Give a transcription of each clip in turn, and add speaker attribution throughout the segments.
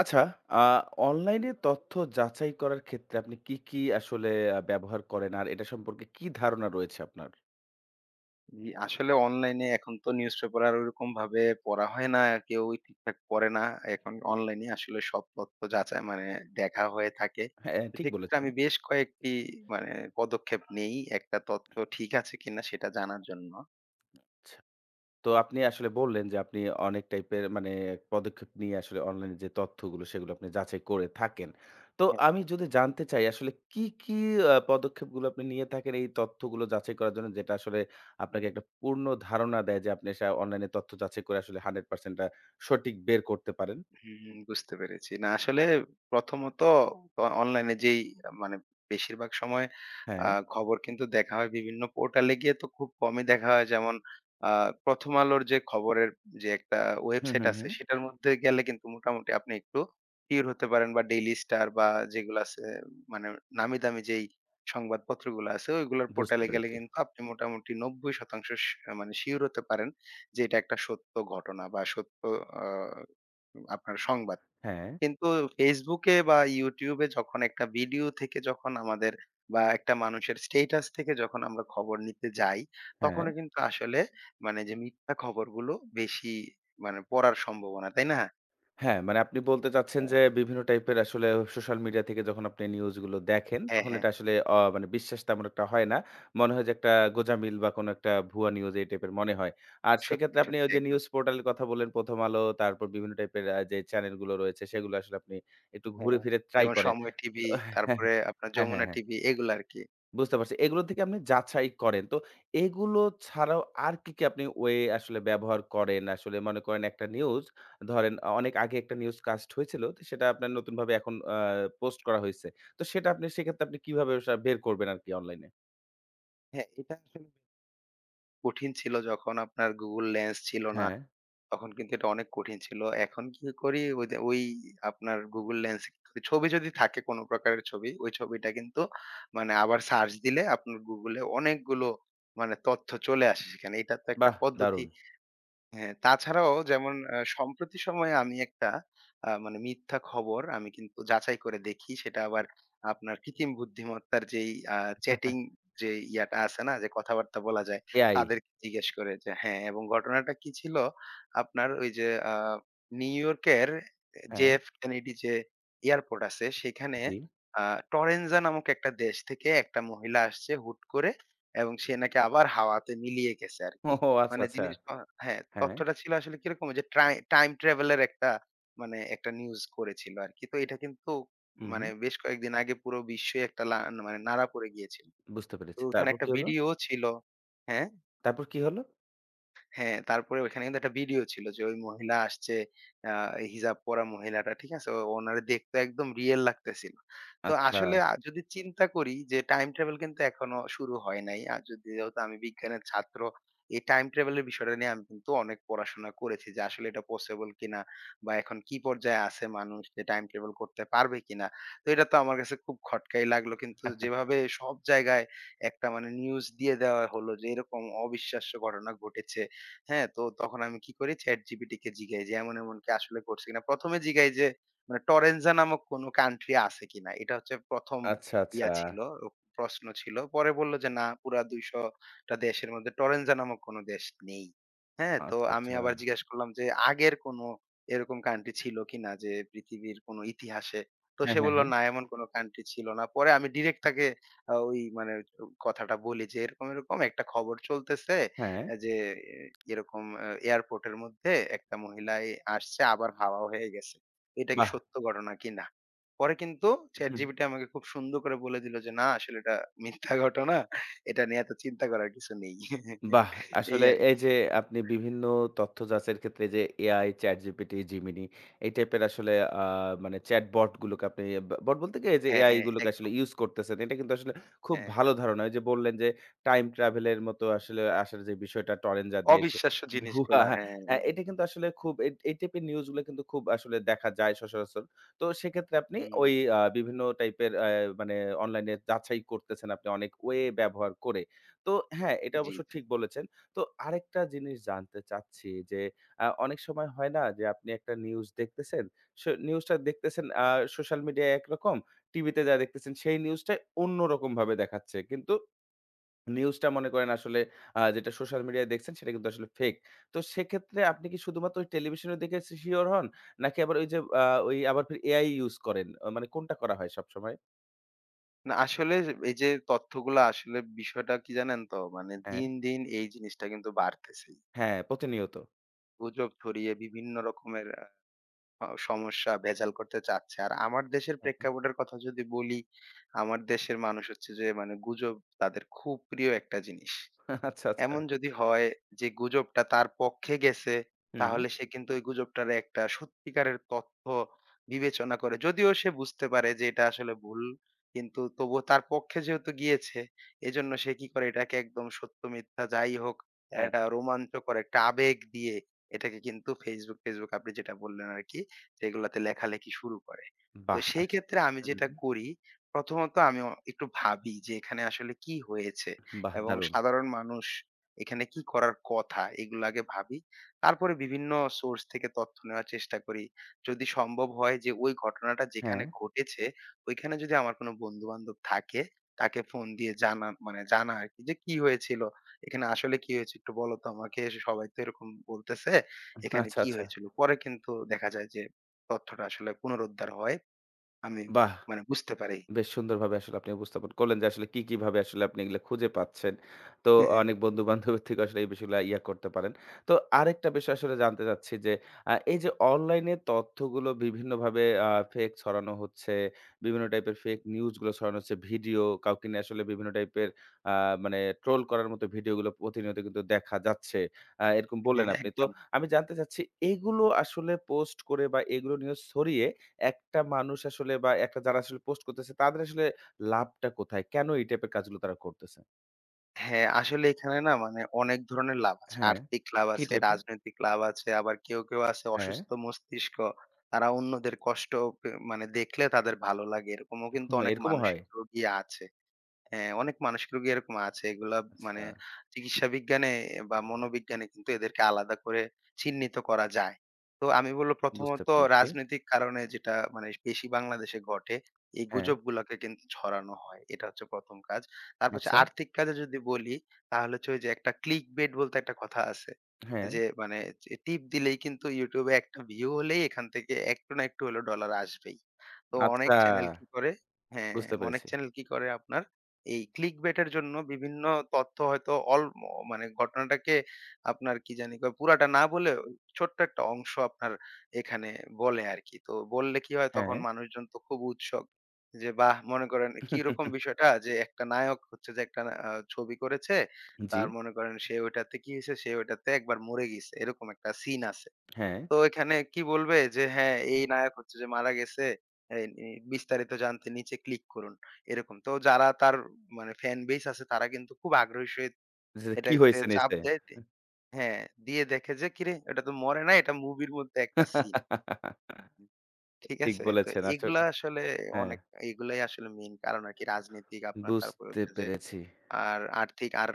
Speaker 1: আচ্ছা, আ অনলাইনে তথ্য যাচাই করার ক্ষেত্রে আপনি কি, কি আসলে ব্যবহার করেন? আর এটা সম্পর্কে কি ধারণা রয়েছে আপনার?
Speaker 2: জি, আসলে অনলাইনে এখন তো নিউজপেপার আর ওইরকম ভাবে পড়া হয় না। কেউ ঠিকঠাক পড়ে না। এখন অনলাইনে আসলে সব তথ্য যাচাই মানে দেখা হয়ে থাকে।
Speaker 1: হ্যাঁ,
Speaker 2: তো
Speaker 1: ঠিক
Speaker 2: সেক্ষেত্রে
Speaker 1: বলেছেন।
Speaker 2: আমি বেশ কয়েকটি মানে পদক্ষেপ নেই একটা তথ্য ঠিক আছে কিনা সেটা জানার জন্য।
Speaker 1: আচ্ছা, তো আপনি আসলে বললেন যে আপনি অনেক টাইপের মানে পদক্ষেপ নিয়ে আসলে অনলাইনে যে তথ্যগুলো সেগুলো আপনি যাচাই করে থাকেন। তো
Speaker 2: হ্যাঁ,
Speaker 1: আমি
Speaker 2: হ্যাঁ।
Speaker 1: যদি জানতে চাই আসলে কি, কি পদক্ষেপগুলো আপনি নিয়ে থাকেন এই তথ্যগুলো যাচাই করার জন্য যেটা আসলে আপনাকে একটা পূর্ণ ধারণা দেয় যে আপনি অনলাইনে তথ্য যাচাই করে আসলে 100% টা সঠিক বের করতে পারেন?
Speaker 2: হুম, বুঝতে পেরেছি। না আসলে প্রথমত অনলাইনে যেই মানে বেশিরভাগ সময় আ
Speaker 1: হ্যাঁ।
Speaker 2: খবর কিন্তু দেখা হয় বিভিন্ন পোর্টালে গিয়ে, তো খুব কমই দেখা হয়। যেমন আ 'প্রথম আলো'র যে খবরের যে একটা
Speaker 1: হুম,
Speaker 2: ওয়েবসাইট
Speaker 1: হুম,
Speaker 2: আছে
Speaker 1: হুম।
Speaker 2: সেটার মধ্যে গেলে কিন্তু মোটামুটি আপনি একটু সিউর হতে পারেন, বা 'ডেইলি স্টার' বা যেগুলো আছে মানে নামি দামি যেই সংবাদপত্রগুলো আছে ওইগুলোর
Speaker 1: বুঝতে
Speaker 2: পোর্টালে গেলে
Speaker 1: পেরেছি।
Speaker 2: কিন্তু আপনি মোটামুটি ৯০% মানে সিউর হতে পারেন যে এটা একটা সত্য ঘটনা বা সত্য আ আপনার সংবাদ।
Speaker 1: হ্যাঁ,
Speaker 2: কিন্তু ফেসবুকে বা ইউটিউবে যখন একটা ভিডিও থেকে, যখন আমাদের বা একটা মানুষের স্ট্যাটাস থেকে যখন আমরা খবর নিতে যাই,
Speaker 1: হ্যাঁ,
Speaker 2: তখনও কিন্তু আসলে মানে যে মিথ্যা খবরগুলো বেশি মানে পড়ার সম্ভাবনা, তাই না?
Speaker 1: হ্যাঁ, মানে আপনি বলতে চাচ্ছেন
Speaker 2: হ্যাঁ,
Speaker 1: যে বিভিন্ন টাইপের আসলে সোশ্যাল মিডিয়া থেকে যখন আপনি নিউজ গুলো দেখেন,
Speaker 2: হ্যাঁ,
Speaker 1: তখন
Speaker 2: হ্যাঁ,
Speaker 1: এটা
Speaker 2: হ্যাঁ,
Speaker 1: আসলে মানে বিশ্বাস তেমন একটা হয় না। মনে হয় যে একটা
Speaker 2: হ্যাঁ।
Speaker 1: গোঁজামিল বা কোনো একটা ভুয়া নিউজ এই টাইপের মনে হয়। আর
Speaker 2: সত্যি,
Speaker 1: সেক্ষেত্রে আপনি
Speaker 2: সত্যি
Speaker 1: ওই যে
Speaker 2: একদম।
Speaker 1: নিউজ পোর্টালের কথা বললেন 'প্রথম আলো' তারপর বিভিন্ন টাইপের যে চ্যানেলগুলো রয়েছে সেগুলো আসলে আপনি একটু ঘুরে
Speaker 2: হ্যাঁ,
Speaker 1: ফিরে ট্রাই
Speaker 2: যেমন
Speaker 1: করেন।
Speaker 2: সময় টিভি, তারপরে আপনার
Speaker 1: হ্যাঁ, হ্যাঁ, হ্যাঁ।
Speaker 2: যমুনা
Speaker 1: হ্যাঁ,
Speaker 2: টিভি, এগুলো আরকি।
Speaker 1: বুঝতে পারছি। এগুলো থেকে আপনি যাচাই করেন। তো এগুলো ছাড়াও আর কি, কি আপনি ওয়ে আসলে ব্যবহার করেন? আসলে মনে করেন একটা নিউজ ধরেন অনেক আগে একটা নিউজ কাস্ট হয়েছিল। তো সেটা আপনার নতুনভাবে এখন পোস্ট করা হইছে। তো সেটা আপনি সেক্ষেত্রে আপনি কিভাবে বের করবেন আরকি অনলাইনে?
Speaker 2: হ্যাঁ, এটা আসলে কঠিন ছিল যখন আপনার Google Lens ছিল না।
Speaker 1: হ্যাঁ,
Speaker 2: তখন কিন্তু এটা অনেক কঠিন ছিল। এখন কি করি, ওই যে ওই আপনার Google Lens এ ছবি যদি থাকে কোন প্রকারের ছবি, ওই ছবিটা কিন্তু মানে আবার সার্চ দিলে আপনার Google এ অনেকগুলো মানে তথ্য চলে আসে সেখানে। এটা তো একটা
Speaker 1: বাহ!
Speaker 2: পদ্ধতি।
Speaker 1: দারুণ।
Speaker 2: হ্যাঁ, তাছাড়াও যেমন সম্প্রতি সময়ে আমি একটা মানে মিথ্যা খবর আমি কিন্তু যাচাই করে দেখি। সেটা আবার আপনার কৃত্রিম বুদ্ধিমত্তার যেই আ চ্যাটিং, যে ইয়াটা আছে না? যে কথাবার্তা বলা যায়,
Speaker 1: এআই
Speaker 2: তাদেরকে জিজ্ঞেস করে যে হ্যাঁ, এবং ঘটনাটা কি ছিল? আপনার ওই যে নিউ ইয়র্কের
Speaker 1: হ্যাঁ,
Speaker 2: JF Kennedy যে এয়ারপোর্ট আছে, সেখানে
Speaker 1: জি।
Speaker 2: আ টরেনজা নামক একটা দেশ থেকে একটা মহিলা আসছে হুট করে এবং সে নাকি আবার হাওয়াতে মিলিয়ে গেছে আরকি।
Speaker 1: ওহো! আচ্ছা,
Speaker 2: মানে
Speaker 1: আচ্ছা।
Speaker 2: জিনিস হ্যাঁ,
Speaker 1: হ্যাঁ,
Speaker 2: তথ্যটা ছিল আসলে কিরকম যে টাইম ট্রাভেল এর একটা মানে একটা নিউজ করেছিল আরকি। তো এটা কিন্তু
Speaker 1: হুম,
Speaker 2: মানে
Speaker 1: হুম।
Speaker 2: বেশ কয়েকদিন আগে পুরো বিশ্বে একটা মানে নাড়া পড়ে গিয়েছিল।
Speaker 1: বুঝতে
Speaker 2: তো
Speaker 1: পেরেছি।
Speaker 2: ওখানে
Speaker 1: তারপর
Speaker 2: একটা
Speaker 1: কি হলো?
Speaker 2: ভিডিও ছিল, হ্যাঁ?
Speaker 1: তারপর কি হলো?
Speaker 2: হ্যাঁ, তারপরে ওইখানে কিন্তু একটা ভিডিও ছিল যে ওই মহিলা আসছে, আ হিজাব পরা মহিলাটা, ঠিক আছে? ওনারে দেখতে একদম রিয়াল লাগতেছিল। তো
Speaker 1: আচ্ছা,
Speaker 2: আসলে যদি চিন্তা করি যে টাইম ট্রাভেল কিন্তু এখনো শুরু হয় নাই। আর যদি, যেহেতু আমি বিজ্ঞানের ছাত্র, এই টাইম ট্রাভেল এর বিষয়টা নিয়ে আমি কিন্তু অনেক পড়াশোনা করেছি যে আসলে এটা পসিবল কিনা বা এখন কি পর্যায়ে আছে মানুষ, যে টাইম ট্রাভেল করতে পারবে কিনা। তো এটা তো আমার কাছে খুব খটকাই লাগলো। কিন্তু যেভাবে সব জায়গায় একটা মানে নিউজ দিয়ে দেওয়া হলো যে এরকম অবিশ্বাস্য ঘটনা ঘটেছে। হ্যাঁ? তো তখন আমি কি করি, ChatGPT কে জিগাই যে এমন, এমন কি আসলে করছে কিনা? ১ম এ জিগাই যে মানে টরেঞ্জা নামক কোন কান্ট্রি আছে কিনা? এটা হচ্ছে ১ম
Speaker 1: আচ্ছা, আচ্ছা,
Speaker 2: ইয়া ছিল, ও প্রশ্ন ছিল। পরে বলল যে না, পুরা ২০০ টা দেশের মধ্যে টরেঞ্জা নামক কোন দেশ নেই। হ্যাঁ? তো
Speaker 1: আচ্ছা,
Speaker 2: আমি
Speaker 1: আচ্ছা।
Speaker 2: আবার জিজ্ঞাসা করলাম যে আগের কোন এরকম কান্ট্রি ছিল কিনা, যে পৃথিবীর কোন ইতিহাসে? তো
Speaker 1: হ্যাঁ,
Speaker 2: সে
Speaker 1: হ্যাঁ,
Speaker 2: বলল
Speaker 1: হ্যাঁ,
Speaker 2: না, এমন কোন কান্ট্রি ছিল না। পরে আমি ডিরেক্ট তাকে ওই মানে কথাটা বলি যে এরকম, এরকম একটা খবর চলতেছে।
Speaker 1: হ্যাঁ,
Speaker 2: এই যে এ এরকম এয়ারপোর্টের মধ্যে একটা মহিলা আসছে আবার হাওয়া হয়ে গেছে। এটা কি
Speaker 1: বাহ!
Speaker 2: সত্য ঘটনা কিনা? পরে কিন্তু
Speaker 1: হুম।
Speaker 2: ChatGPT আমাকে খুব সুন্দর করে বলে দিল যে, "না আসলে এটা মিথ্যা ঘটনা। এটা নিয়ে এত চিন্তা করার কিছু নেই।"
Speaker 1: বাহ!
Speaker 2: এই
Speaker 1: আসলে এই যে
Speaker 2: আরকি।
Speaker 1: আপনি বিভিন্ন তথ্য যাচাইয়ের ক্ষেত্রে যে AI, ChatGPT, Gemini এই টাইপের আসলে আ মানে চ্যাটবট গুলোকে আপনি বট বলতে কি এই যে
Speaker 2: হ্যাঁ,
Speaker 1: AI
Speaker 2: হ্যাঁ,
Speaker 1: গুলোকে আসলে
Speaker 2: একদম।
Speaker 1: ইউজ করতেছেন। এটা কিন্তু আসলে খুব
Speaker 2: হ্যাঁ,
Speaker 1: ভালো ধারণা। ওই যে বললেন যে টাইম ট্রাভেল এর মতো আসলে আসার যে বিষয়টা টরেন যা দিয়েছে
Speaker 2: অবিশ্বাস্য
Speaker 1: ভুয়া
Speaker 2: জিনিসগুলা, হ্যাঁ, এগুলো
Speaker 1: এটা কিন্তু আসলে খুব এই এই টাইপের নিউজ গুলো কিন্তু খুব আসলে দেখা যায় সচরাচর। তো সেক্ষেত্রে আপনি
Speaker 2: হুম,
Speaker 1: ওই বিভিন্ন টাইপের মানে অনলাইনে যাচাই করতেছেন আপনি অনেক ওয়ে ব্যবহার করে। তো হ্যাঁ, এটা
Speaker 2: জি,
Speaker 1: অবশ্য
Speaker 2: জি।
Speaker 1: ঠিক বলেছেন। তো আরেকটা জিনিস জানতে চাচ্ছি যে, অনেক সময় হয় না যে, আপনি একটা নিউজ দেখতেছেন। সো নিউজটা দেখতেছেন সোশ্যাল মিডিয়ায় একরকম, টিভিতে যা দেখতেছেন সেই নিউজটাই অন্যরকমভাবে দেখাচ্ছে। কিন্তু নিউজটা মনে করেন আসলে যেটা সোশ্যাল মিডিয়ায় দেখছেন সেটা কিন্তু আসলে ফেক। তো সেক্ষেত্রে আপনি কি শুধুমাত্র ওই টেলিভিশনে দেখে সিওর হন? নাকি আবার ওই যে, ওই আবার ফির এআই ইউজ করেন? মানে কোনটা করা হয় সবসময়?
Speaker 2: না আসলে এই যে তথ্যগুলা আসলে, বিষয়টা কি জানেন তো? মানে
Speaker 1: হ্যাঁ,
Speaker 2: দিন, দিন এই জিনিসটা কিন্তু বাড়তেছেই।
Speaker 1: হ্যাঁ, প্রতিনিয়ত।
Speaker 2: গুজব ছড়িয়ে বিভিন্ন রকমের আ অ সমস্যা ভেজাল করতে চাচ্ছে। আর আমার দেশের
Speaker 1: হ্যাঁ,
Speaker 2: প্রেক্ষাপটের কথা যদি বলি, আমার দেশের মানুষ হচ্ছে যে মানে গুজব তাদের খুব প্রিয় একটা জিনিস।
Speaker 1: আচ্ছা, আচ্ছা।
Speaker 2: এমন যদি হয় যে গুজবটা তার পক্ষে গেছে,
Speaker 1: হুম।
Speaker 2: তাহলে সে কিন্তু ওই গুজবটার একটা সত্যিকারের তথ্য বিবেচনা করে। যদিও সে বুঝতে পারে যে এটা আসলে ভুল, কিন্তু তবুও তার পক্ষে যেহেতু গিয়েছে, এজন্য সে কি করে এটাকে, একদম সত্য মিথ্যা যাই হোক, একটা রোমাঞ্চকর একটা আবেগ দিয়ে এটাকে কিন্তু Facebook, আপনি যেটা বললেন আরকি, সেগুলাতে লেখালেখি শুরু করে। তো
Speaker 1: বাহ!
Speaker 2: সেই
Speaker 1: আস
Speaker 2: ক্ষেত্রে আমি যেটা
Speaker 1: হুম,
Speaker 2: করি, প্রথমত আমি একটু ভাবি যে এখানে আসলে কি হয়েছে?
Speaker 1: বাহ!
Speaker 2: এবং
Speaker 1: দারুণ।
Speaker 2: সাধারণ মানুষ এখানে কি করার কথা? এগুলো আগে ভাবি। তারপরে বিভিন্ন সোর্স থেকে তথ্য নেওয়ার চেষ্টা করি। যদি সম্ভব হয় যে ওই ঘটনাটা
Speaker 1: হ্যাঁ,
Speaker 2: যেখানে ঘটেছে, ওইখানে যদি আমার কোনো বন্ধু-বান্ধব থাকে, তাকে ফোন দিয়ে জানা, মানে জানা আরকি যে, "কি হয়েছিল? এখানে আসলে কি হয়েছে? একটু বলো তো আমাকে। সবাই তো এরকম বলতেছে। এখানে
Speaker 1: আচ্ছা,
Speaker 2: কি
Speaker 1: আচ্ছা।
Speaker 2: হয়েছিল?" পরে কিন্তু দেখা যায় যে তথ্যটা আসলে পুনরুদ্ধার হয়। আমি
Speaker 1: বাহ!
Speaker 2: মানে বুঝতে পারি।
Speaker 1: বেশ সুন্দরভাবে আসলে আপনি উপস্থাপন করলেন যে আসলে কি, কি ভাবে আসলে আপনি এগুলা খুঁজে পাচ্ছেন। তো
Speaker 2: হ্যাঁ।
Speaker 1: অনেক বন্ধু-বান্ধবের থেকে আসলে এই বিষয়গুলা ইয়া করতে পারেন। তো আরেকটা বিষয় আসলে জানতে চাচ্ছি যে এই যে অনলাইনে তথ্যগুলো বিভিন্নভাবে ফেক ছড়ানো হচ্ছে, বিভিন্ন টাইপের ফেক নিউজ গুলো ছড়ানো হচ্ছে, ভিডিও কাউকে নিয়ে আসলে বিভিন্ন টাইপের আ মানে ট্রোল করার মতো ভিডিওগুলো প্রতিনিয়ত কিন্তু দেখা যাচ্ছে। এরকম বললেন আপনি। তো
Speaker 2: একদম।
Speaker 1: আমি জানতে চাচ্ছি এগুলো আসলে পোস্ট করে বা এগুলো নিয়ে ছড়িয়ে একটা মানুষ আসলে বা একটা যারা আসলে পোস্ট করতেছে তাদের আসলে লাভটা কোথায়? কেন এই টাইপের কাজগুলো তারা করতেছে?
Speaker 2: হ্যাঁ, আসলে এখানে না, মানে অনেক ধরনের লাভ আছে।
Speaker 1: হ্যাঁ।
Speaker 2: আর্থিক লাভ
Speaker 1: কি
Speaker 2: আছে,
Speaker 1: টাইপের?
Speaker 2: রাজনৈতিক লাভ আছে, আবার কেউ, কেউ আছে
Speaker 1: হ্যাঁ।
Speaker 2: অসুস্থ মস্তিষ্ক। তারা অন্যদের কষ্ট মানে দেখলে তাদের ভালো লাগে। এরকমও কিন্তু
Speaker 1: হুম,
Speaker 2: অনেক
Speaker 1: এরকমও হয়?
Speaker 2: মানসিক রোগী আছে। হ্যাঁ, অনেক মানসিক রোগী এরকম আছে। এগুলা মানে
Speaker 1: আচ্ছা,
Speaker 2: চিকিৎসা বিজ্ঞানে বা মনোবিজ্ঞানে কিন্তু এদেরকে আলাদা করে চিহ্নিত করা যায়। তো আমি বলব
Speaker 1: বুঝতে
Speaker 2: প্রথমত
Speaker 1: পেরেছি।
Speaker 2: রাজনৈতিক কারণে, যেটা মানে বেশি বাংলাদেশে ঘটে, এই
Speaker 1: হ্যাঁ,
Speaker 2: গুজবগুলাকে কিন্তু ছড়ানো হয়। এটা হচ্ছে ১ম কাজ। তারপর হচ্ছে
Speaker 1: আচ্ছা।
Speaker 2: আর্থিক কাজে যদি বলি, তাহলে হচ্ছে ওই যে একটা ক্লিক বেট বলতে একটা কথা আছে।
Speaker 1: হ্যাঁ,
Speaker 2: যে মানে যে টিপ দিলেই কিন্তু YouTube এ একটা ভিউ হলেই এখান থেকে একটু না একটু হলেও ডলার আসবেই। তো অনেক
Speaker 1: আচ্ছা
Speaker 2: চ্যানেল কি করে, হ্যাঁ,
Speaker 1: বুঝতে
Speaker 2: অনেক
Speaker 1: পেরেছি।
Speaker 2: চ্যানেল কি করে আপনার এই clickbait এর জন্য বিভিন্ন তথ্য হয়তো অল ম মানে ঘটনাটাকে আপনার কি জানি কয়, পুরাটা না বলে ওই ছোট্ট একটা অংশ আপনার এখানে বলে আরকি। তো বললে কি হয়, তখন
Speaker 1: হ্যাঁ।
Speaker 2: মানুষজন তো খুব উৎসুক যে বাহ! মনে করেন কিরকম বিষয়টা, যে একটা নায়ক হচ্ছে যে একটা আ ছবি করেছে।
Speaker 1: জি,
Speaker 2: তার, মনে করেন সে ওইটাতে কি হইছে? সে ওইটাতে একবার মরে গিছে। এরকম একটা সিন আছে।
Speaker 1: হ্যাঁ।
Speaker 2: তো এখানে কি বলবে যে, হ্যাঁ, এই নায়ক হচ্ছে যে মারা গেছে। এই বিস্তারিত জানতে নিচে ক্লিক করুন। এরকম। তো যারা তার মানে ফ্যান বেস আছে তারা কিন্তু খুব আগ্রহী সহিত
Speaker 1: যে কি
Speaker 2: এটাতে
Speaker 1: হইছে
Speaker 2: চাপ
Speaker 1: নিচে?
Speaker 2: দেয়, হ্যাঁ, দিয়ে দেখে যে কিরে, এটা তো মরে নাই, এটা মুভির মধ্যে একটা সিন। ঠিক
Speaker 1: ঠিক
Speaker 2: আছে? তো
Speaker 1: বলেছেন। আসলে
Speaker 2: এগুলা আসলে
Speaker 1: হ্যাঁ,
Speaker 2: অনেক, এগুলাই আসলে মেইন কারণ আরকি, রাজনৈতিক আপনার, তারপরে
Speaker 1: বুঝতে
Speaker 2: হচ্ছে যে
Speaker 1: পেরেছি।
Speaker 2: আর আর্থিক, আর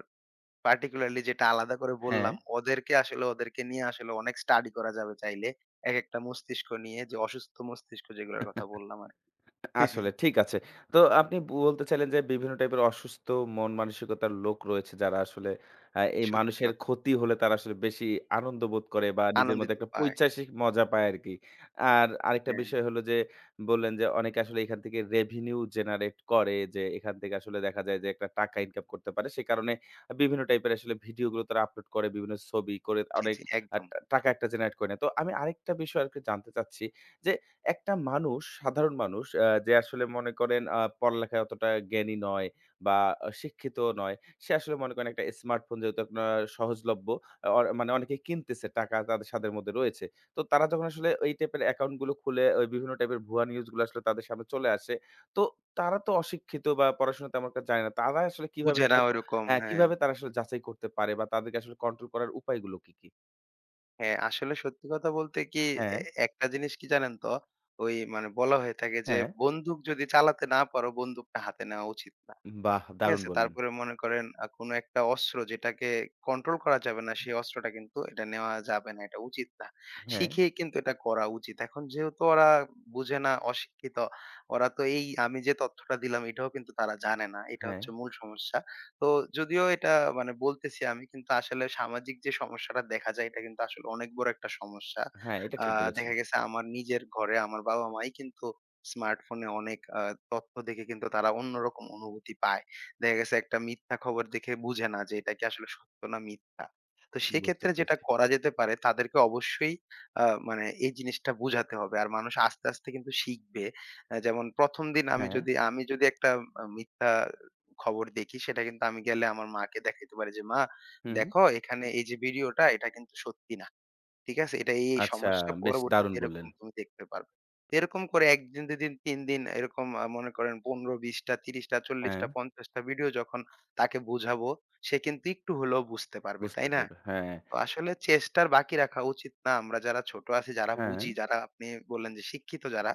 Speaker 2: পার্টিকুলারলি যেটা আলাদা করে
Speaker 1: হ্যাঁ।
Speaker 2: বললাম, ওদেরকে আসলে, ওদেরকে নিয়ে আসলে অনেক স্টাডি করা যাবে চাইলে। একেকটা মস্তিষ্ক নিয়ে, যে অসুস্থ মস্তিষ্ক যেগুলোর কথা বললাম আরকি।
Speaker 1: আসলে ঠিক আছে। তো আপনি বলতে চাইলেন যে বিভিন্ন টাইপের অসুস্থ মন মানসিকতার লোক রয়েছে যারা আসলে এই
Speaker 2: সত্যি
Speaker 1: মানুষের
Speaker 2: কথা।
Speaker 1: ক্ষতি হলে তারা আসলে বেশি আনন্দ বোধ করে বা নিজের মধ্যে
Speaker 2: আনন্দিত
Speaker 1: একটা
Speaker 2: পায়।
Speaker 1: পৈশাসিক মজা পায় আরকি। আর আরেকটা
Speaker 2: হ্যাঁ,
Speaker 1: বিষয় হলো যে বললেন যে অনেকে আসলে এখান থেকে রেভিনিউ জেনারেট করে যে এখান থেকে আসলে দেখা যায় যে একটা টাকা ইনকাম করতে পারে। সে কারণে বিভিন্ন টাইপের আসলে ভিডিওগুলো তারা আপলোড করে বিভিন্ন ছবি করে
Speaker 2: জি,
Speaker 1: অনেক
Speaker 2: জি, একদম।
Speaker 1: টাকা একটা জেনারেট করে নেয়। তো আমি আরেকটা বিষয় আরকি জানতে চাচ্ছি যে একটা মানুষ, সাধারণ মানুষ যে আসলে মনে করেন পড়ালেখায় অতটা জ্ঞানী নয় বা শিক্ষিতও নয়। সে আসলে মনে করেন একটা স্মার্টফোন যেহেতু আপনার সহজলভ্য মানে অনেকেই কিনতেছে, টাকা তাদের সাধ্যের মধ্যে রয়েছে। তো তারা যখন আসলে এই টাইপের অ্যাকাউন্ট গুলো খুলে ওই বিভিন্ন টাইপের ভুয়া নিউজ গুলো আসলে তাদের সামনে চলে আসে। তো তারা তো অশিক্ষিত বা পড়াশোনা তেমন একটা জানে না। তারা আসলে কিভাবে
Speaker 2: বুঝে না
Speaker 1: সেটা ক
Speaker 2: ওইরকম,
Speaker 1: হ্যাঁ,
Speaker 2: হ্যাঁ।
Speaker 1: কিভাবে তারা আসলে যাচাই করতে পারে বা তাদেরকে আসলে কন্ট্রোল করার উপায়গুলো কি, কি?
Speaker 2: হ্যাঁ, আসলে সত্যি কথা বলতে কি,
Speaker 1: হ্যাঁ,
Speaker 2: এ একটা জিনিস কি জানেন তো? ওই মানে বলা হয়ে থাকে যে,
Speaker 1: হ্যাঁ।
Speaker 2: বন্দুক যদি চালাতে না পারো, বন্দুকটা হাতে নেওয়া উচিত না।
Speaker 1: বাহ!
Speaker 2: ঠিক
Speaker 1: দারুণ
Speaker 2: আছে?
Speaker 1: বললেন।
Speaker 2: তারপরে মনে করেন কোনো একটা অস্ত্র যেটাকে কন্ট্রোল করা যাবে না, সেই অস্ত্রটা কিন্তু এটা নেওয়া যাবে না, এটা উচিত না।
Speaker 1: হ্যাঁ,
Speaker 2: শিখেই কিন্তু এটা করা উচিত। এখন যেহেতু ওরা বুঝে না, অশিক্ষিত, ওরা তো এই আমি যে তথ্যটা দিলাম এটাও কিন্তু তারা জানে না। এটা
Speaker 1: হ্যাঁ।
Speaker 2: হচ্ছে মূল সমস্যা। তো যদিও এটা মানে বলতেছি আমি, কিন্তু আসলে সামাজিক যে সমস্যাটা দেখা যায় এটা কিন্তু আসলে অনেক বড় একটা সমস্যা।
Speaker 1: হ্যাঁ, এটা
Speaker 2: আ
Speaker 1: ঠিক বলেছেন।
Speaker 2: দেখা গেছে আমার নিজের ঘরে আমার বাবা-মাই কিন্তু স্মার্টফোনে অনেক তথ্য দেখে কিন্তু তারা অন্যরকম অনুভূতি পায়। দেখা গেছে একটা মিথ্যা খবর দেখে বুঝে না যে এটা কি আসলে সত্য না মিথ্যা। তো
Speaker 1: বুঝতে
Speaker 2: সেক্ষেত্রে যেটা
Speaker 1: পেরেছি।
Speaker 2: করা যেতে পারে, তাদেরকে অবশ্যই আ মানে এই জিনিসটা বুঝাতে হবে। আর মানুষ আস্তে, আস্তে কিন্তু শিখবে। যেমন ১ম দিন,
Speaker 1: হ্যাঁ,
Speaker 2: আমি যদি একটা মিথ্যা খবর দেখি, সেটা কিন্তু আমি গেলে আমার মাকে দেখাইতে পারি যে, "মা
Speaker 1: হুম।
Speaker 2: দেখো এখানে এই যে ভিডিওটা এটা কিন্তু সত্যি না।" ঠিক আছে? এই
Speaker 1: আচ্ছা,
Speaker 2: সমস্যা
Speaker 1: বেশ দারুণ
Speaker 2: পরবর্তীতে এরকম
Speaker 1: বললেন।
Speaker 2: তুমি দেখতে পারবে। এরকম করে ১ দিন, ২ দিন, ৩ দিন, এরকম মনে করেন ১৫, ২০ টা, ৩০ টা, ৪০
Speaker 1: হ্যাঁ,
Speaker 2: টা, ৫০ টা ভিডিও যখন তাকে বুঝাবো, সে কিন্তু একটু হলেও বুঝতে পারবে,
Speaker 1: বুঝতে
Speaker 2: তাই না?
Speaker 1: পারবে। হ্যাঁ,
Speaker 2: তো আসলে চেষ্টার বাকি রাখা উচিত না। আমরা যারা ছোট আছি, যারা
Speaker 1: হ্যাঁ।
Speaker 2: বুঝি, যারা, আপনি বললেন যে শিক্ষিত যারা,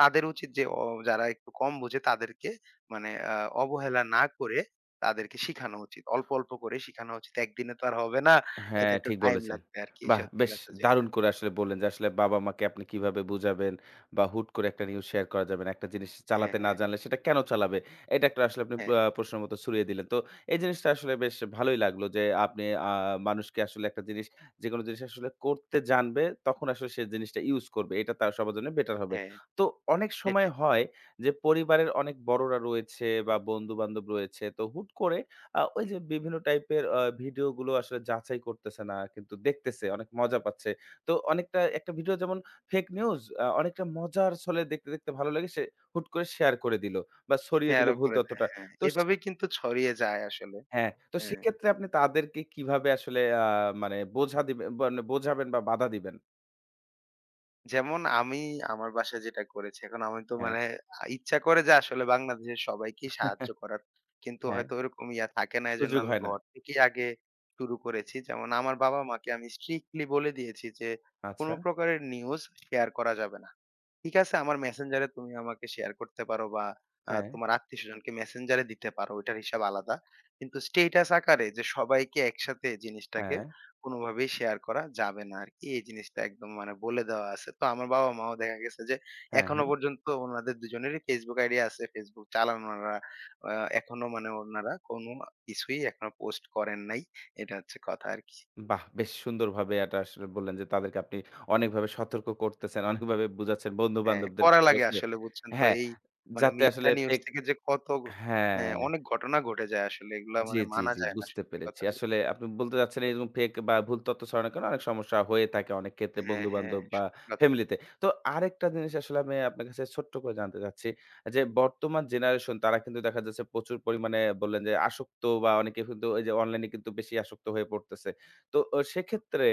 Speaker 2: তাদের উচিত যে যারা একটু কম বোঝে তাদেরকে মানে অবহেলা না করে তাদেরকে শিখানো উচিত। অল্প, অল্প করে শিখানো উচিত। একদিনে তো আর হবে না। এটা
Speaker 1: হ্যাঁ,
Speaker 2: একটু
Speaker 1: ঠিক
Speaker 2: টাইম
Speaker 1: বলেছেন।
Speaker 2: লাগবে আরকি,
Speaker 1: বাহ!
Speaker 2: সত্যি
Speaker 1: বেশ
Speaker 2: কথা যে
Speaker 1: দারুণ করে আসলে বললেন যে, আসলে বাবা-মাকে আপনি কিভাবে বুঝাবেন বা হুট করে একটা নিউজ শেয়ার করা যাবে না। একটা জিনিস
Speaker 2: হ্যাঁ,
Speaker 1: চালাতে না
Speaker 2: হ্যাঁ,
Speaker 1: জানলে সেটা কেন চালাবে? এটা একটা আসলে আপনি
Speaker 2: হ্যাঁ,
Speaker 1: প্রশ্নের মতো ছুড়িয়ে দিলেন। তো এই জিনিসটা আসলে বেশ ভালোই লাগলো যে, আপনি মানুষকে আসলে একটা জিনিস যেকোনো জিনিস আসলে করতে জানবে, তখন আসলে সে জিনিসটা ইউজ করবে। এটা তার সবার জন্য বেটার হবে।
Speaker 2: হ্যাঁ,
Speaker 1: তো অনেক সময়
Speaker 2: সেটাই।
Speaker 1: হয় যে, পরিবারের অনেক বড়রা রয়েছে বা বন্ধু-বান্ধব রয়েছে। তো হুট করে ওই যে বিভিন্ন টাইপের ভিডিও গুলো আসলে যাচাই করতেছে না, কিন্তু দেখতেছে, অনেক মজা পাচ্ছে। তো অনেকটা একটা ভিডিও যেমন ফেক নিউজ অনেকটা মজার ছলে দেখতে, দেখতে ভালো লাগে সে হুট করে শেয়ার করে দিল বা ছড়িয়ে দিল
Speaker 2: শেয়ারও
Speaker 1: ভুল
Speaker 2: করে দেয়।
Speaker 1: তথ্যটা।
Speaker 2: হ্যাঁ,
Speaker 1: তো সে
Speaker 2: এভাবেই কিন্তু ছড়িয়ে যায় আসলে।
Speaker 1: হ্যাঁ, তো
Speaker 2: হ্যাঁ,
Speaker 1: সেক্ষেত্রে আপনি তাদেরকে কিভাবে আসলে মানে বোঝা দিবে মানে বোঝাবেন বা বাধা দিবেন?
Speaker 2: যেমন আমি আমার বাসায় যেটা করেছি, এখন আমি তো
Speaker 1: হ্যাঁ,
Speaker 2: মানে ইচ্ছা করে যে আসলে বাংলাদেশের সবাইকে সাহায্য করার। কিন্তু
Speaker 1: হ্যাঁ,
Speaker 2: হয়তো ওরকম ইয়া থাকে না। এজন্য
Speaker 1: সুযোগ
Speaker 2: আমি
Speaker 1: হয় না।
Speaker 2: ঘর থেকেই আগে শুরু করেছি। যেমন আমার বাবা-মাকে আমি স্ট্রিক্টলি বলে দিয়েছি যে, "কোন
Speaker 1: আচ্ছা।
Speaker 2: প্রকারের নিউজ শেয়ার করা যাবে না।" ঠিক আছে, আমার মেসেঞ্জারে তুমি আমাকে শেয়ার করতে পারো বা
Speaker 1: হ্যাঁ,
Speaker 2: তোমার আত্মীয়স্বজনকে মেসেঞ্জারে দিতে পারো। ওইটার হিসাব আলাদা। কিন্তু স্ট্যাটাস আকারে যে সবাইকে একসাথে জিনিসটাকে
Speaker 1: হ্যাঁ,
Speaker 2: কোনোভাবেই শেয়ার করা যাবে না আরকি। এই জিনিসটা একদম মানে বলে দেওয়া আছে। তো আমার বাবা-মাও, দেখা গেছে যে
Speaker 1: হ্যাঁ।
Speaker 2: এখনো পর্যন্ত উনাদের দুজনেরই Facebook আইডি আছে। Facebook চালান উনারা। আ এখনো মানে উনারা কোনো কিছুই এখনো পোস্ট করেন নাই। এটা হচ্ছে কথা আরকি।
Speaker 1: বাহ! বেশ সুন্দরভাবে এটা আসলে বললেন যে, তাদেরকে আপনি অনেকভাবে সতর্ক করতেছেন, অনেকভাবে বুঝাচ্ছেন
Speaker 2: হ্যাঁ,
Speaker 1: বন্ধু-বান্ধবদের
Speaker 2: করা
Speaker 1: ক্ষেত্রে
Speaker 2: লাগে
Speaker 1: আসলে
Speaker 2: আসলে, বুঝছেন তো?
Speaker 1: হ্যাঁ,
Speaker 2: এই মানে
Speaker 1: যাতে
Speaker 2: মিথ্যা
Speaker 1: আসলে
Speaker 2: নিউজ
Speaker 1: ফেক
Speaker 2: থেকে যে কত হ্যাঁ,
Speaker 1: হ্যাঁ।
Speaker 2: অনেক ঘটনা ঘটে যায় আসলে, এগুলা
Speaker 1: জি,
Speaker 2: মানে
Speaker 1: জি,
Speaker 2: মানা
Speaker 1: জি
Speaker 2: যায় না,
Speaker 1: বুঝতে
Speaker 2: সত্যি
Speaker 1: পেরেছি।
Speaker 2: কথা যেটা।
Speaker 1: আসলে আপনি বলতে চাচ্ছেন এরকম ফেক বা ভুল তথ্য ছড়ানোর কারণে অনেক সমস্যা হয়ে থাকে অনেক ক্ষেত্রে
Speaker 2: হ্যাঁ, হ্যাঁ,
Speaker 1: বন্ধু-বান্ধব বা
Speaker 2: সত্যি কথা।
Speaker 1: ফ্যামিলিতে। তো আরেকটা জিনিস আসলে আমি আপনার কাছে ছোট্ট করে জানতে চাচ্ছি যে বর্তমান জেনারেশন তারা কিন্তু দেখা যাচ্ছে প্রচুর পরিমাণে বললেন যে আসক্ত বা অনেকে কিন্তু ওই যে অনলাইনে কিন্তু বেশি আসক্ত হয়ে পড়তেছে। তো সেক্ষেত্রে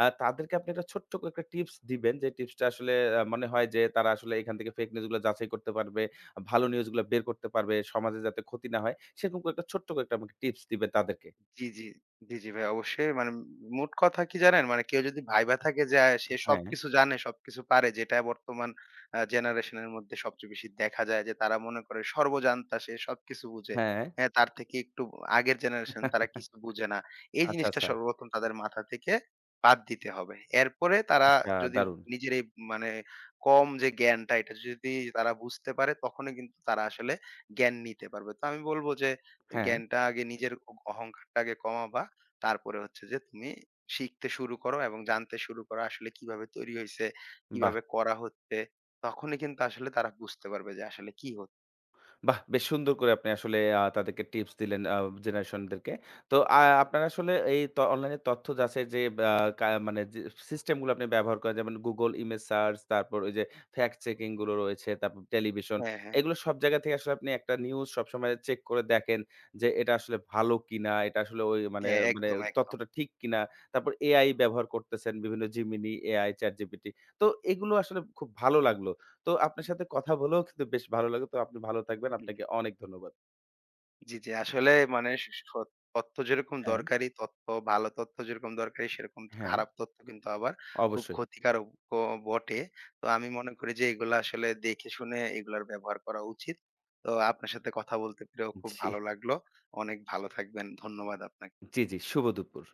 Speaker 1: তাদেরকে আপনি একটা ছোট্ট করে একটা টিপস দিবেন যে টিপসটা আসলে মনে হয় যে তারা আসলে এখান থেকে ফেক নিউজগুলো যাচাই করতে পারবে ভালো নিউজগুলা বের করতে পারবে, সমাজে যাতে ক্ষতি না হয়, সেরকম করে একটা ছোট্ট করে একটা আমাকে টিপস দিবেন তাদেরকে।
Speaker 2: জি, জি। জি, জি ভাই, অবশ্যই। মানে মোট কথা কি জানেন? মানে কেউ যদি ভাইবা থাকে যে সে
Speaker 1: হ্যাঁ,
Speaker 2: সবকিছু জানে, সবকিছু পারে, যেটা বর্তমান জেনারেশন এর মধ্যে সবচেয়ে বেশি দেখা যায় যে তারা মনে করে সর্বজান্তা, সে সবকিছু বুঝে।
Speaker 1: হ্যাঁ।
Speaker 2: হ্যাঁ, তার থেকে একটু আগের জেনারেশন তারা কিছু বুঝে না। এই
Speaker 1: আচ্ছা,
Speaker 2: জিনিসটা
Speaker 1: আচ্ছা।
Speaker 2: সর্বপ্রথম তাদের মাথা থেকে বাদ দিতে হবে। এরপরে তারা
Speaker 1: আচ্ছা
Speaker 2: যদি
Speaker 1: দারুণ।
Speaker 2: নিজের এই মানে কম যে জ্ঞানটা, এটা যদি তারা বুঝতে পারে তখনই কিন্তু তারা আসলে জ্ঞান নিতে পারবে। তো আমি বলব যে
Speaker 1: হ্যাঁ,
Speaker 2: জ্ঞানটা আগে নিজের অহংকারটা আগে কমাবা। তারপরে হচ্ছে যে তুমি শিখতে শুরু করো এবং জানতে শুরু করো আসলে কিভাবে তৈরি হইছে,
Speaker 1: বাহ!
Speaker 2: কিভাবে করা হচ্ছে। তখনই কিন্তু আসলে তারা বুঝতে পারবে যে আসলে কি হচ্ছে।
Speaker 1: বাহ! বেশ সুন্দর করে আপনি আসলে তাদেরকে টিপস দিলেন জেনারেশনদেরকে। তো আপনারা আসলে এই অনলাইনে তথ্য যাচাইয়ের যে বা মানে যে সিস্টেমগুলো আপনি ব্যবহার করেন যেমন Google ইমেজ সার্চ, তারপর ওই যে ফ্যাক্ট চেকিং গুলো রয়েছে, তারপর টেলিভিশন।
Speaker 2: হ্যাঁ, হ্যাঁ,
Speaker 1: এগুলো সব জায়গা থেকে আসলে আপনি একটা নিউজ সবসময় চেক করে দেখেন যে এটা আসলে ভালো কিনা, এটা আসলে ওই মানে
Speaker 2: হ্যাঁ,
Speaker 1: মানে
Speaker 2: একদম, একদম।
Speaker 1: তথ্যটা ঠিক কিনা। তারপর AI ব্যবহার করতেছেন বিভিন্ন Gemini, AI, ChatGPT। তো এগুলো আসলে খুব ভালো লাগলো। তো আপনার সাথে কথা বলেও কিন্তু বেশ ভালো লাগলো। তো আপনি ভালো থাকবেন। আপনাকে
Speaker 2: হুম।
Speaker 1: অনেক ধন্যবাদ।
Speaker 2: জি, জি। আসলে মানে স স তথ্য যেরকম
Speaker 1: হ্যাঁ,
Speaker 2: দরকারি, ভালো তথ্য যেরকম দরকারি সেরকম
Speaker 1: হ্যাঁ,
Speaker 2: খারাপ তথ্য কিন্তু আবার খুব
Speaker 1: অবশ্যই।
Speaker 2: ক্ষতিকারক ও বটে। তো আমি মনে করি যে এগুলা আসলে দেখে শুনে এগুলার ব্যবহার করা উচিত। তো আপনার সাথে কথা বলতে পেরেও খুব
Speaker 1: জি,
Speaker 2: ভালো লাগলো। অনেক ভালো থাকবেন। ধন্যবাদ আপনাকে।
Speaker 1: জি, জি। শুভ দুপুর।